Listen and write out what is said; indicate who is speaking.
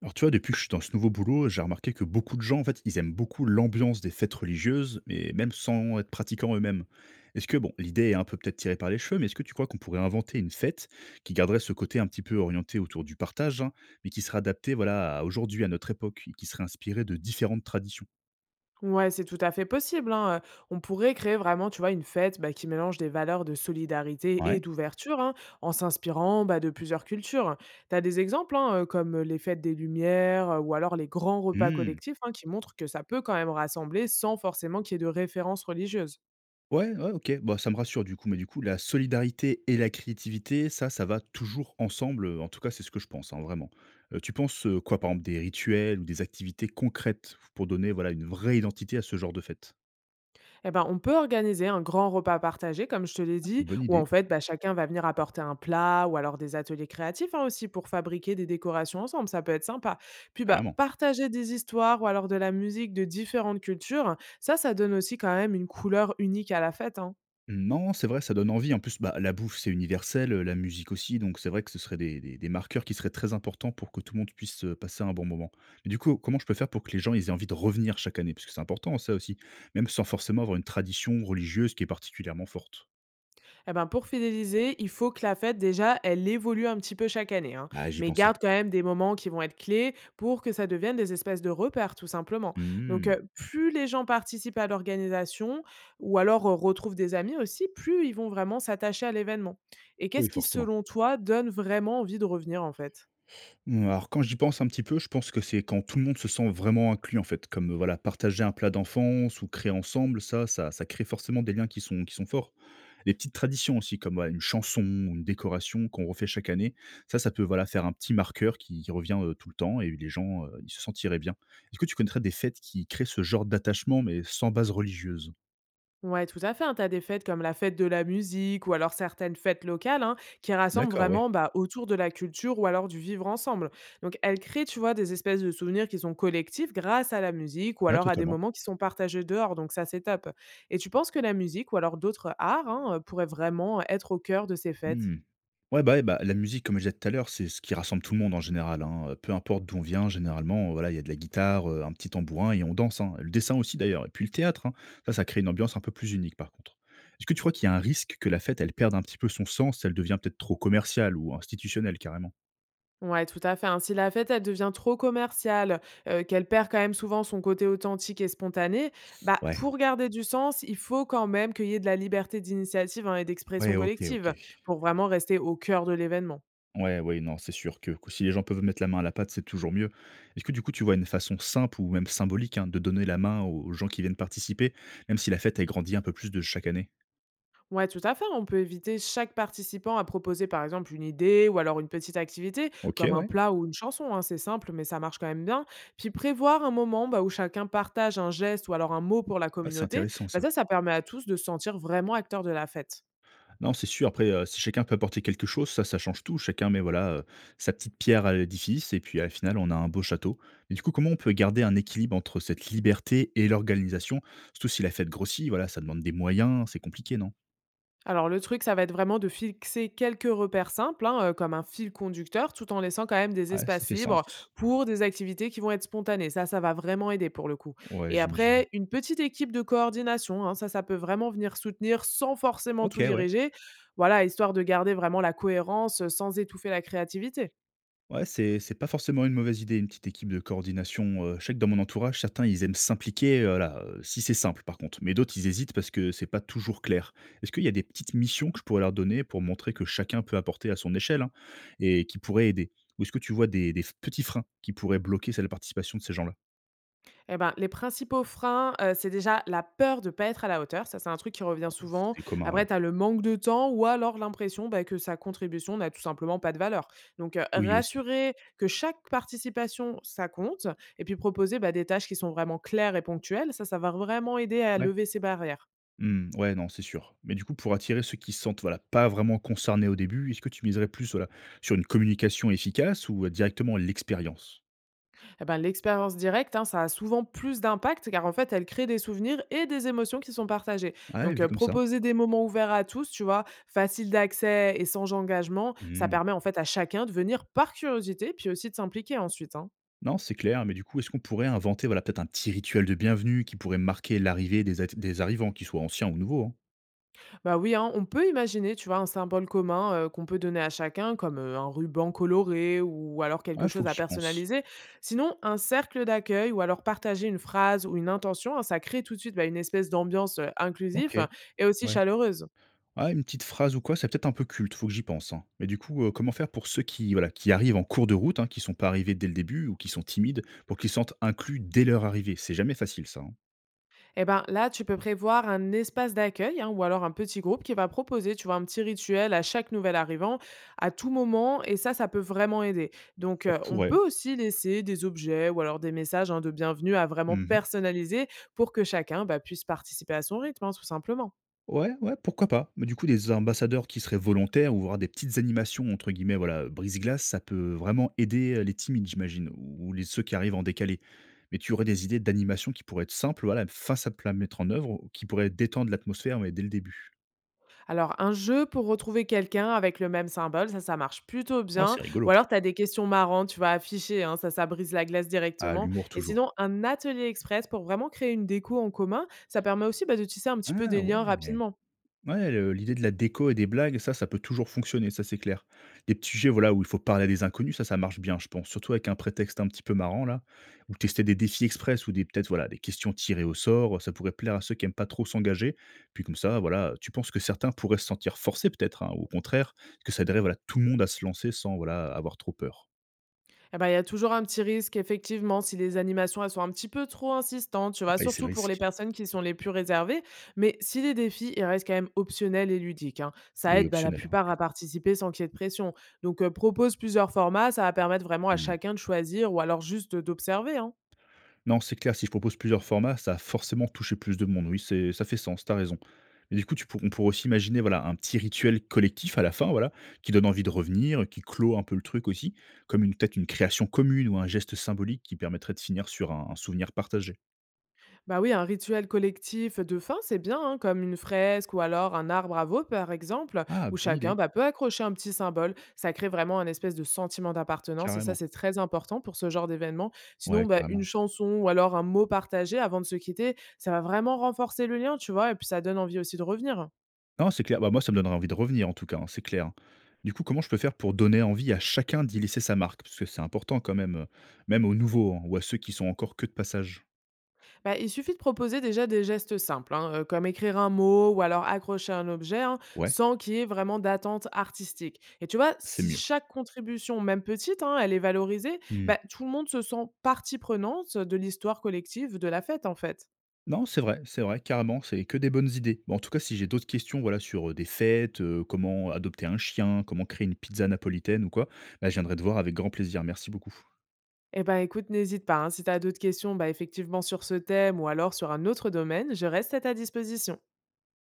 Speaker 1: Alors tu vois, depuis que je suis dans ce nouveau boulot, j'ai remarqué que beaucoup de gens, en fait, ils aiment beaucoup l'ambiance des fêtes religieuses, mais même sans être pratiquants eux-mêmes. Est-ce que, bon, l'idée est un peu peut-être tirée par les cheveux, mais est-ce que tu crois qu'on pourrait inventer une fête qui garderait ce côté un petit peu orienté autour du partage, hein, mais qui serait adaptée, voilà, à aujourd'hui, à notre époque, et qui serait inspirée de différentes traditions.
Speaker 2: Ouais, c'est tout à fait possible, hein, on pourrait créer vraiment, tu vois, une fête, bah, qui mélange des valeurs de solidarité
Speaker 1: Ouais.
Speaker 2: et d'ouverture, hein, en s'inspirant, bah, de plusieurs cultures. Tu as des exemples, hein, comme, les fêtes des Lumières, ou alors les grands repas
Speaker 1: Hmm.
Speaker 2: collectifs, hein, qui montrent que ça peut quand même rassembler sans forcément qu'il y ait de référence religieuse.
Speaker 1: Ouais, ouais, OK. Bah, ça me rassure du coup, mais du coup, la solidarité et la créativité, ça va toujours ensemble, en tout cas, c'est ce que je pense, hein, vraiment. Tu penses, quoi, par exemple, des rituels ou des activités concrètes pour donner, voilà, une vraie identité à ce genre de fête?
Speaker 2: Eh ben, on peut organiser un grand repas partagé, comme je te l'ai
Speaker 1: Ah, une
Speaker 2: dit,
Speaker 1: bonne
Speaker 2: où en
Speaker 1: idée,
Speaker 2: fait, bah, chacun va venir apporter un plat ou alors des ateliers créatifs hein, aussi pour fabriquer des décorations ensemble. Ça peut être sympa. Puis, bah,
Speaker 1: carrément.
Speaker 2: partager des histoires ou alors de la musique de différentes cultures, ça donne aussi quand même une couleur unique à la fête, hein.
Speaker 1: Non, c'est vrai, ça donne envie. En plus, bah, la bouffe, c'est universel, la musique aussi, donc c'est vrai que ce seraient des marqueurs qui seraient très importants pour que tout le monde puisse, passer un bon moment. Mais du coup, comment je peux faire pour que les gens, ils aient envie de revenir chaque année? Parce que c'est important ça aussi, même sans forcément avoir une tradition religieuse qui est particulièrement forte.
Speaker 2: Eh ben, pour fidéliser, il faut que la fête, déjà, elle évolue un petit peu chaque année, hein,
Speaker 1: Ah, j'y
Speaker 2: mais
Speaker 1: pensais.
Speaker 2: garde quand même des moments qui vont être clés pour que ça devienne des espèces de repères, tout simplement. Donc,
Speaker 1: Mmh.
Speaker 2: plus les gens participent à l'organisation ou alors, retrouvent des amis aussi, plus ils vont vraiment s'attacher à l'événement. Et
Speaker 1: Oui,
Speaker 2: qu'est-ce qui,
Speaker 1: forcément.
Speaker 2: selon toi, donne vraiment envie de revenir, en fait?
Speaker 1: Mmh, alors quand j'y pense un petit peu, je pense que c'est quand tout le monde se sent vraiment inclus, en fait. Comme, voilà, partager un plat d'enfance ou créer ensemble, ça crée forcément des liens qui sont forts. Les petites traditions aussi comme, voilà, une chanson ou une décoration qu'on refait chaque année, ça peut, voilà, faire un petit marqueur qui revient, tout le temps et les gens, ils se sentiraient bien. Est-ce que tu connaîtrais des fêtes qui créent ce genre d'attachement mais sans base religieuse?
Speaker 2: Ouais, tout à fait, hein. Tu as des fêtes comme la fête de la musique ou alors certaines fêtes locales hein, qui rassemblent
Speaker 1: D'accord, ouais.
Speaker 2: vraiment bah, autour de la culture ou alors du vivre ensemble. Donc, elles créent, tu vois, des espèces de souvenirs qui sont collectifs grâce à la musique ou
Speaker 1: Ouais,
Speaker 2: alors à des
Speaker 1: totalement.
Speaker 2: moments qui sont partagés dehors. Donc, ça, c'est top. Et tu penses que la musique ou alors d'autres arts hein, pourraient vraiment être au cœur de ces fêtes?
Speaker 1: Mmh. Ouais, bah, la musique, comme je disais tout à l'heure, c'est ce qui rassemble tout le monde en général, hein, peu importe d'où on vient généralement, voilà, il y a de la guitare, un petit tambourin et on danse, hein. Le dessin aussi d'ailleurs et puis le théâtre, hein. Ça crée une ambiance un peu plus unique par contre. Est-ce que tu crois qu'il y a un risque que la fête, elle perde un petit peu son sens, elle devient peut-être trop commerciale ou institutionnelle carrément?
Speaker 2: Ouais, tout à fait, hein. Si la fête, elle devient trop commerciale, qu'elle perd quand même souvent son côté authentique et spontané, bah,
Speaker 1: Ouais,
Speaker 2: pour garder du sens, il faut quand même qu'il y ait de la liberté d'initiative, hein, et
Speaker 1: ouais,
Speaker 2: d'expression
Speaker 1: OK, OK.
Speaker 2: collective pour vraiment rester au cœur de l'événement.
Speaker 1: Ouais, ouais, non, c'est sûr que si les gens peuvent mettre la main à la pâte, c'est toujours mieux. Est-ce que du coup, tu vois une façon simple ou même symbolique, hein, de donner la main aux gens qui viennent participer, même si la fête, elle grandit un peu plus de chaque année?
Speaker 2: Ouais, tout à fait. On peut éviter chaque participant à proposer, par exemple, une idée ou alors une petite activité,
Speaker 1: OK,
Speaker 2: comme un
Speaker 1: ouais.
Speaker 2: plat ou une chanson, hein. C'est simple, mais ça marche quand même bien. Puis prévoir un moment bah, où chacun partage un geste ou alors un mot pour la
Speaker 1: Ah, c'est
Speaker 2: communauté,
Speaker 1: intéressant
Speaker 2: bah,
Speaker 1: ça.
Speaker 2: ça permet à tous de se sentir vraiment acteurs de la fête.
Speaker 1: Non, c'est sûr, après, si chacun peut apporter quelque chose, ça change tout. Chacun met, voilà, sa petite pierre à l'édifice et puis, à la finale, on a un beau château. Mais du coup, comment on peut garder un équilibre entre cette liberté et l'organisation? Surtout si la fête grossit, voilà, ça demande des moyens, c'est compliqué, non?
Speaker 2: Alors le truc, ça va être vraiment de fixer quelques repères simples, hein, comme un fil conducteur, tout en laissant quand même des
Speaker 1: Ouais, ça
Speaker 2: espaces
Speaker 1: fait
Speaker 2: libres
Speaker 1: sens.
Speaker 2: pour des activités qui vont être spontanées. Ça va vraiment aider pour le coup
Speaker 1: Ouais,
Speaker 2: et
Speaker 1: j'imagine.
Speaker 2: après une petite équipe de coordination, hein, ça peut vraiment venir soutenir sans forcément
Speaker 1: OK,
Speaker 2: tout
Speaker 1: ouais.
Speaker 2: diriger. Voilà, histoire de garder vraiment la cohérence, sans étouffer la créativité.
Speaker 1: Ouais, c'est pas forcément une mauvaise idée, une petite équipe de coordination, je sais que dans mon entourage, certains, ils aiment s'impliquer, là, si c'est simple par contre, mais d'autres, ils hésitent parce que c'est pas toujours clair. Est-ce qu'il y a des petites missions que je pourrais leur donner pour montrer que chacun peut apporter à son échelle, hein, et qui pourraient aider? Ou est-ce que tu vois des petits freins qui pourraient bloquer c'est la participation de ces gens-là?
Speaker 2: Eh ben, les principaux freins, c'est déjà la peur de ne pas être à la hauteur. Ça, c'est un truc qui revient
Speaker 1: Euh,
Speaker 2: souvent.
Speaker 1: C'est commun,
Speaker 2: Après,
Speaker 1: oui.
Speaker 2: tu as le manque de temps ou alors l'impression, bah, que sa contribution n'a tout simplement pas de valeur. Donc,
Speaker 1: Oui aussi.
Speaker 2: rassurer que chaque participation, ça compte et puis proposer, bah, des tâches qui sont vraiment claires et ponctuelles, ça va vraiment aider à
Speaker 1: Ouais.
Speaker 2: lever ces barrières.
Speaker 1: Mmh, ouais, non, c'est sûr. Mais du coup, pour attirer ceux qui se sentent, voilà, pas vraiment concernés au début, est-ce que tu miserais plus, voilà, sur une communication efficace ou, directement l'expérience?
Speaker 2: Eh ben, l'expérience directe, hein, ça a souvent plus d'impact car en fait, elle crée des souvenirs et des émotions qui sont partagées.
Speaker 1: Ouais,
Speaker 2: Donc,
Speaker 1: vu comme ça.
Speaker 2: proposer des moments ouverts à tous, tu vois, facile d'accès et sans engagement, ça
Speaker 1: Mmh.
Speaker 2: permet en fait à chacun de venir par curiosité, puis aussi de s'impliquer ensuite, hein.
Speaker 1: Non, c'est clair, mais du coup, est-ce qu'on pourrait inventer, voilà, peut-être un petit rituel de bienvenue qui pourrait marquer l'arrivée des, des arrivants, qu'ils soient anciens ou nouveaux, hein?
Speaker 2: Bah oui, hein, on peut imaginer, tu vois, un symbole commun qu'on peut donner à chacun, comme un ruban coloré ou alors quelque
Speaker 1: Ouais, faut
Speaker 2: chose
Speaker 1: que
Speaker 2: à
Speaker 1: j'y pense.
Speaker 2: personnaliser. Sinon, un cercle d'accueil ou alors partager une phrase ou une intention, hein, ça crée tout de suite bah, une espèce d'ambiance inclusive
Speaker 1: Ok,
Speaker 2: et aussi
Speaker 1: ouais.
Speaker 2: chaleureuse.
Speaker 1: Ah, une petite phrase ou quoi, c'est peut-être un peu culte, faut que j'y pense, hein. Mais du coup, comment faire pour ceux qui, voilà, qui arrivent en cours de route, hein, qui sont pas arrivés dès le début ou qui sont timides, pour qu'ils se sentent inclus dès leur arrivée? C'est jamais facile, ça, hein.
Speaker 2: Eh ben, là, tu peux prévoir un espace d'accueil hein, ou alors un petit groupe qui va proposer, tu vois, un petit rituel à chaque nouvel arrivant à tout moment et ça peut vraiment aider. Donc,
Speaker 1: Ça
Speaker 2: on
Speaker 1: pourrait.
Speaker 2: peut aussi laisser des objets ou alors des messages hein, de bienvenue à vraiment personnaliser pour que chacun bah, puisse participer à son rythme, hein, tout simplement.
Speaker 1: Ouais, ouais, pourquoi pas? Mais du coup, des ambassadeurs qui seraient volontaires ou voir des petites animations entre guillemets, voilà, «brise-glace», ça peut vraiment aider, les timides, j'imagine, ou les ceux qui arrivent en décalé. Mais tu aurais des idées d'animations qui pourraient être simples, voilà, face à plat, mettre en œuvre, ou qui pourraient détendre l'atmosphère, ouais, dès le début?
Speaker 2: Alors, un jeu pour retrouver quelqu'un avec le même symbole, ça marche plutôt
Speaker 1: Oh,
Speaker 2: bien.
Speaker 1: c'est
Speaker 2: Ou
Speaker 1: rigolo.
Speaker 2: alors, tu as des questions marrantes, tu vas afficher, hein, ça brise la glace
Speaker 1: Ah,
Speaker 2: directement.
Speaker 1: l'humour
Speaker 2: Et
Speaker 1: toujours.
Speaker 2: sinon, un atelier express pour vraiment créer une déco en commun, ça permet aussi bah, de tisser un petit peu
Speaker 1: Ah
Speaker 2: des liens
Speaker 1: ouais!
Speaker 2: rapidement.
Speaker 1: Ouais, le l'idée de la déco et des blagues, ça peut toujours fonctionner, ça c'est clair. Des petits jeux, voilà, où il faut parler à des inconnus, ça marche bien, je pense. Surtout avec un prétexte un petit peu marrant, là. Ou tester des défis express ou des, peut-être, voilà, des questions tirées au sort. Ça pourrait plaire à ceux qui aiment pas trop s'engager. Puis comme ça, voilà, tu penses que certains pourraient se sentir forcés, peut-être, hein, ou au contraire, que ça aiderait, voilà, tout le monde à se lancer sans, voilà, avoir trop peur.
Speaker 2: Eh ben, il y a toujours un petit risque effectivement si les animations, elles sont un petit peu trop insistantes, tu vois?
Speaker 1: Oui, c'est le
Speaker 2: Surtout pour les
Speaker 1: risque.
Speaker 2: personnes qui sont les plus réservées. Mais si les défis, ils restent quand même optionnels et ludiques, hein, ça
Speaker 1: Oui,
Speaker 2: aide, bah, la
Speaker 1: optionnel,
Speaker 2: plupart
Speaker 1: ok.
Speaker 2: à participer sans qu'il y ait de pression. Donc, propose plusieurs formats, ça va permettre vraiment à chacun de choisir ou alors juste, d'observer, hein.
Speaker 1: Non, c'est clair, si je propose plusieurs formats, ça a forcément touché plus de monde. Oui, c'est ça fait sens, t'as raison. Mais du coup, tu pour on pourrait aussi imaginer, voilà, un petit rituel collectif à la fin, voilà, qui donne envie de revenir, qui clôt un peu le truc aussi, comme une peut-être une création commune ou un geste symbolique qui permettrait de finir sur un souvenir partagé.
Speaker 2: Bah oui, un rituel collectif de fin, c'est bien, hein, comme une fresque ou alors un arbre à veau, par exemple,
Speaker 1: Ah,
Speaker 2: où
Speaker 1: bonne
Speaker 2: chacun
Speaker 1: idée,
Speaker 2: bah, peut accrocher un petit symbole. Ça crée vraiment un espèce de sentiment d'appartenance et ça,
Speaker 1: carrément.
Speaker 2: c'est très important pour ce genre d'événement.
Speaker 1: Ouais,
Speaker 2: Sinon, bah, une
Speaker 1: carrément.
Speaker 2: chanson ou alors un mot partagé avant de se quitter, ça va vraiment renforcer le lien, tu vois, et puis ça donne envie aussi de revenir.
Speaker 1: Non, c'est clair. Bah, moi, ça me donnerait envie de revenir en tout cas, hein, c'est clair, hein. Du coup, comment je peux faire pour donner envie à chacun d'y laisser sa marque? Parce que c'est important quand même, même aux nouveaux, hein, ou à ceux qui sont encore que de passage.
Speaker 2: Bah, il suffit de proposer déjà des gestes simples, hein, comme écrire un mot ou alors accrocher un objet, hein,
Speaker 1: Ouais,
Speaker 2: sans qu'il y ait vraiment d'attente artistique. Et tu vois,
Speaker 1: c'est
Speaker 2: si
Speaker 1: mieux.
Speaker 2: chaque contribution, même petite, hein, elle est valorisée,
Speaker 1: Mmh.
Speaker 2: bah, tout le monde se sent partie prenante de l'histoire collective de la fête, en fait.
Speaker 1: Non, c'est vrai, carrément, c'est que des bonnes idées. Bon, en tout cas, si j'ai d'autres questions voilà, sur, des fêtes, comment adopter un chien, comment créer une pizza napolitaine ou quoi, bah, je viendrai te voir avec grand plaisir. Merci beaucoup.
Speaker 2: Eh ben écoute, n'hésite pas, hein, si tu as d'autres questions, bah, effectivement sur ce thème ou alors sur un autre domaine, je reste à ta disposition.